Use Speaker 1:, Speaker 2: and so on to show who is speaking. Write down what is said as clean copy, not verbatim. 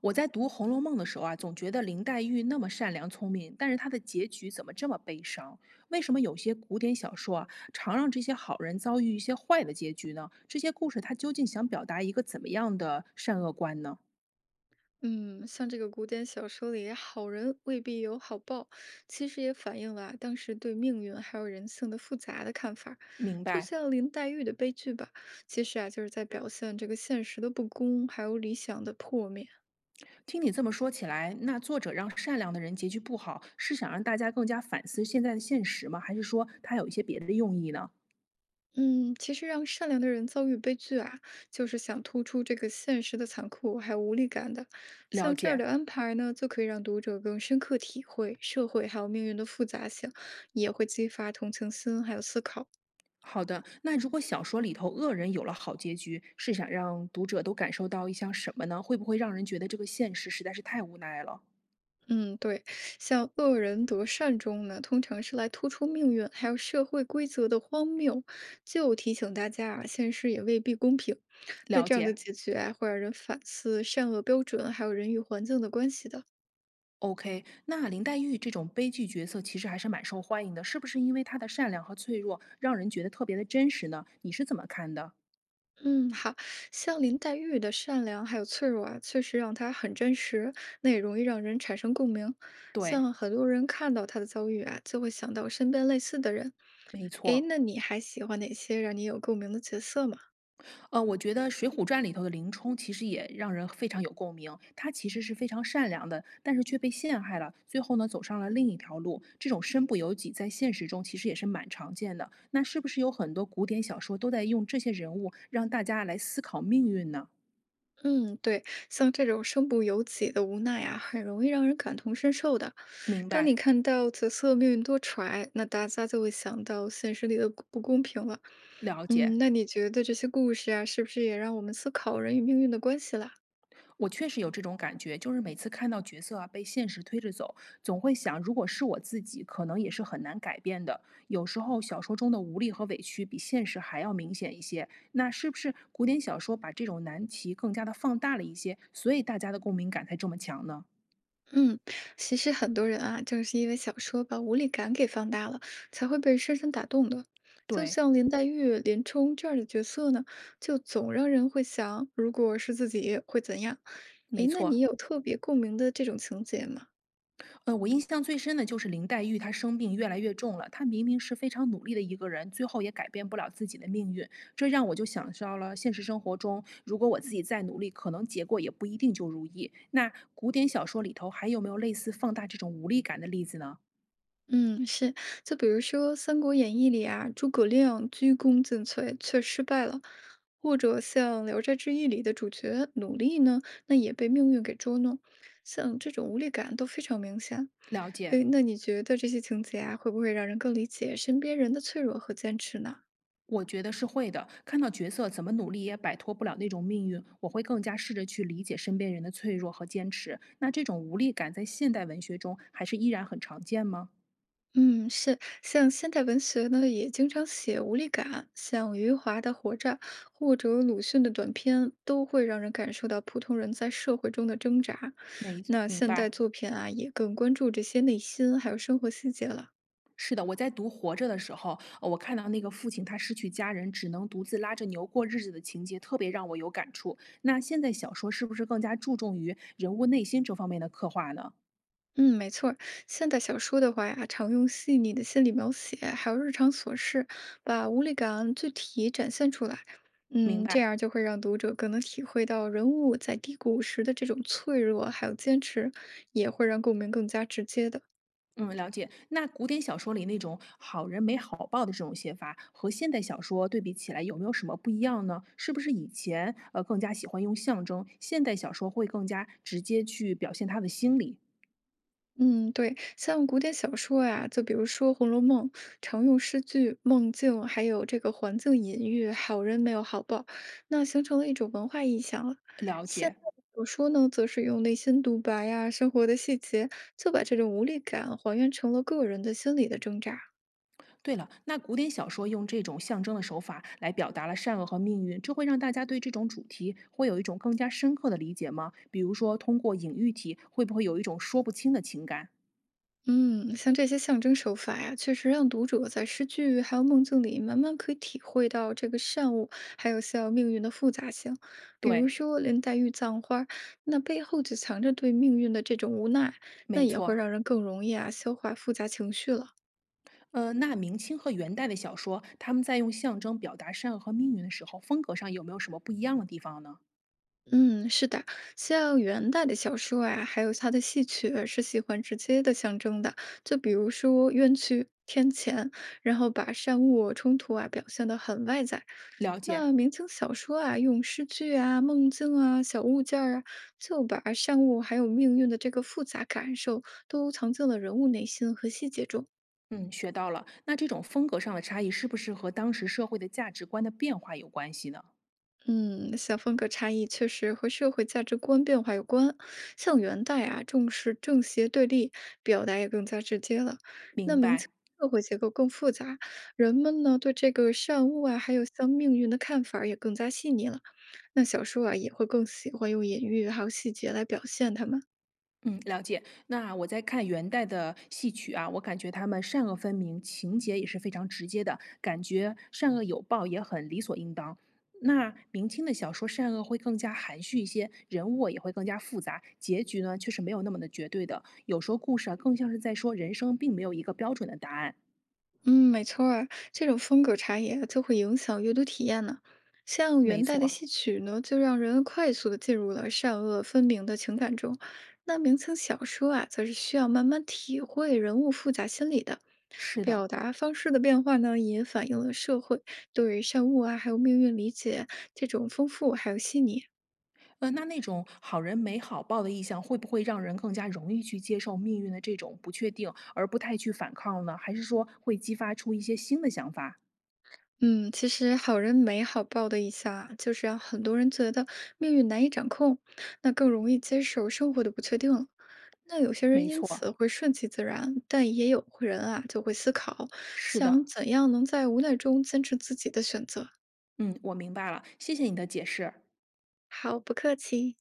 Speaker 1: 我在读《红楼梦》的时候啊，总觉得林黛玉那么善良聪明，但是她的结局怎么这么悲伤？为什么有些古典小说啊，常让这些好人遭遇一些坏的结局呢？这些故事它究竟想表达一个怎么样的善恶观呢？
Speaker 2: 嗯，像这个古典小说里，好人未必有好报，其实也反映了啊当时对命运还有人性的复杂的看法儿
Speaker 1: 明
Speaker 2: 就
Speaker 1: 白，
Speaker 2: 像林黛玉的悲剧吧，其实啊就是在表现这个现实的不公，还有理想的破灭。
Speaker 1: 听你这么说起来，那作者让善良的人结局不好，是想让大家更加反思现在的现实吗？还是说他有一些别的用意呢？
Speaker 2: 嗯，其实让善良的人遭遇悲剧啊，就是想突出这个现实的残酷还有无力感的。
Speaker 1: 了
Speaker 2: 像这样
Speaker 1: 解。
Speaker 2: 的安排呢，就可以让读者更深刻体会社会还有命运的复杂性，也会激发同情心还有思考。
Speaker 1: 好的，那如果小说里头恶人有了好结局，是想让读者都感受到一项什么呢？会不会让人觉得这个现实实在是太无奈了？
Speaker 2: 嗯，对，像恶人得善终呢，通常是来突出命运还有社会规则的荒谬，就提醒大家啊，现实也未必公平。那
Speaker 1: 了
Speaker 2: 这样的
Speaker 1: 解。
Speaker 2: 结局啊，会让人反思善恶标准，还有人与环境的关系的。
Speaker 1: OK，那林黛玉这种悲剧角色其实还是蛮受欢迎的，是不是因为她的善良和脆弱让人觉得特别的真实呢？你是怎么看的？
Speaker 2: 嗯，好，像林黛玉的善良还有脆弱啊，确实让她很真实，那也容易让人产生共鸣。
Speaker 1: 对，
Speaker 2: 像很多人看到她的遭遇啊，就会想到身边类似的人。
Speaker 1: 没
Speaker 2: 诶，
Speaker 1: 错。
Speaker 2: 那你还喜欢哪些让你有共鸣的角色吗？
Speaker 1: 我觉得《水浒传》里头的林冲其实也让人非常有共鸣。他其实是非常善良的，但是却被陷害了，最后呢走上了另一条路。这种身不由己，在现实中其实也是蛮常见的。那是不是有很多古典小说都在用这些人物让大家来思考命运呢？
Speaker 2: 嗯，对，像这种身不由己的无奈啊，很容易让人感同身受的。
Speaker 1: 明
Speaker 2: 当
Speaker 1: 白，
Speaker 2: 你看到角色命运多舛，那大家就会想到现实里的不公平了。
Speaker 1: 了
Speaker 2: 嗯，
Speaker 1: 解。
Speaker 2: 那你觉得这些故事啊，是不是也让我们思考人与命运的关系啦？
Speaker 1: 我确实有这种感觉，就是每次看到角色啊被现实推着走，总会想，如果是我自己，可能也是很难改变的。有时候小说中的无力和委屈比现实还要明显一些，那是不是古典小说把这种难题更加的放大了一些，所以大家的共鸣感才这么强呢？
Speaker 2: 嗯，其实很多人啊，正是因为小说把无力感给放大了，才会被深深打动的。就
Speaker 1: 对，
Speaker 2: 像林黛玉、林冲这样的角色呢，就总让人会想，如果是自己会怎样？
Speaker 1: 没
Speaker 2: 诶，那
Speaker 1: 错，
Speaker 2: 你有特别共鸣的这种情节吗？
Speaker 1: 我印象最深的就是林黛玉，她生病越来越重了。她明明是非常努力的一个人，最后也改变不了自己的命运。这让我就想到了现实生活中，如果我自己再努力，可能结果也不一定就如意。那古典小说里头还有没有类似放大这种无力感的例子呢？
Speaker 2: 嗯，是，就比如说《三国演义》里啊，诸葛亮鞠躬尽瘁却失败了，或者像《聊斋志异》里的主角努力呢，那也被命运给捉弄，像这种无力感都非常明显。
Speaker 1: 了解，
Speaker 2: 诶，那你觉得这些情节啊，会不会让人更理解身边人的脆弱和坚持呢？
Speaker 1: 我觉得是会的。看到角色怎么努力也摆脱不了那种命运，我会更加试着去理解身边人的脆弱和坚持。那这种无力感在现代文学中还是依然很常见吗？
Speaker 2: 嗯，是，像现代文学呢，也经常写无力感，像余华的《活着》或者鲁迅的短篇，都会让人感受到普通人在社会中的挣扎。
Speaker 1: 没，
Speaker 2: 那
Speaker 1: 明
Speaker 2: 现代
Speaker 1: 白。
Speaker 2: 作品啊，也更关注这些内心还有生活细节了。
Speaker 1: 是的，我在读《活着》的时候，我看到那个父亲他失去家人，只能独自拉着牛过日子的情节，特别让我有感触。那现在小说是不是更加注重于人物内心这方面的刻画呢？
Speaker 2: 嗯，没错儿现代小说的话呀，常用细腻的心理描写，还有日常琐事，把无力感具体展现出来。
Speaker 1: 明
Speaker 2: 嗯，这
Speaker 1: 白，
Speaker 2: 样就会让读者更能体会到人物在低谷时的这种脆弱，还有坚持，也会让共鸣更加直接的。
Speaker 1: 嗯，了解。那古典小说里那种好人没好报的这种写法，和现代小说对比起来有没有什么不一样呢？是不是以前更加喜欢用象征，现代小说会更加直接去表现他的心理？
Speaker 2: 嗯，对，像古典小说呀，就比如说《红楼梦》，常用诗句、梦境，还有这个环境隐喻，好人没有好报，那形成了一种文化意象了。
Speaker 1: 了
Speaker 2: 现
Speaker 1: 解。
Speaker 2: 代的小说呢，则是用内心独白呀、生活的细节，就把这种无力感还原成了个人的心理的挣扎。
Speaker 1: 对了，那古典小说用这种象征的手法来表达了善恶和命运，这会让大家对这种主题会有一种更加深刻的理解吗？比如说，通过隐喻体，会不会有一种说不清的情感？
Speaker 2: 嗯，像这些象征手法呀，确实让读者在诗句还有梦境里慢慢可以体会到这个善恶，还有像命运的复杂性。比如
Speaker 1: 对，
Speaker 2: 说林黛玉葬花儿那背后就藏着对命运的这种无奈，那
Speaker 1: 没
Speaker 2: 也
Speaker 1: 错，
Speaker 2: 会让人更容易啊消化复杂情绪了。
Speaker 1: 那明清和元代的小说，他们在用象征表达善恶和命运的时候，风格上有没有什么不一样的地方呢？
Speaker 2: 嗯，是的，像元代的小说啊，还有它的戏曲是喜欢直接的象征的，就比如说冤屈、天谴，然后把善恶冲突啊表现得很外在。
Speaker 1: 了解。
Speaker 2: 那明清小说啊，用诗句啊、梦境啊、小物件儿啊，就把善恶还有命运的这个复杂感受都藏进了人物内心和细节中。
Speaker 1: 嗯，学到了。那这种风格上的差异，是不是和当时社会的价值观的变化有关系呢？
Speaker 2: 嗯，像风格差异确实和社会价值观变化有关。像元代啊，重视正邪对立，表达也更加直接了。那
Speaker 1: 明
Speaker 2: 明
Speaker 1: 白。
Speaker 2: 清社会结构更复杂，人们呢对这个善恶啊，还有像命运的看法儿也更加细腻了。那小说啊，也会更喜欢用隐喻还有细节来表现他们。
Speaker 1: 嗯，了解。那我在看元代的戏曲啊，我感觉他们善恶分明，情节也是非常直接的，感觉善恶有报也很理所应当。那明清的小说善恶会更加含蓄一些，人物也会更加复杂，结局呢却是没有那么的绝对的。有时候故事啊，更像是在说人生并没有一个标准的答案。
Speaker 2: 嗯，没错儿，这种风格差异啊就会影响阅读体验呢。像
Speaker 1: 没
Speaker 2: 元代的
Speaker 1: 错，
Speaker 2: 戏曲呢，就让人快速的进入了善恶分明的情感中；那明清小说啊，则是需要慢慢体会人物复杂心理的。
Speaker 1: 是
Speaker 2: 表
Speaker 1: 的。
Speaker 2: 达方式的变化呢，也反映了社会对善恶啊，还有命运理解这种丰富还有细腻。
Speaker 1: 那那种好人没好报的意向，会不会让人更加容易去接受命运的这种不确定，而不太去反抗呢？还是说会激发出一些新的想法？
Speaker 2: 嗯，其实好人没好报的一下啊，就是让很多人觉得命运难以掌控，那更容易接受生活的不确定了。那有些人
Speaker 1: 没
Speaker 2: 因
Speaker 1: 错，
Speaker 2: 此会顺其自然，但也有人啊就会思考，
Speaker 1: 是的，
Speaker 2: 想怎样能在无奈中坚持自己的选择。
Speaker 1: 嗯，我明白了，谢谢你的解释。
Speaker 2: 好，不客气。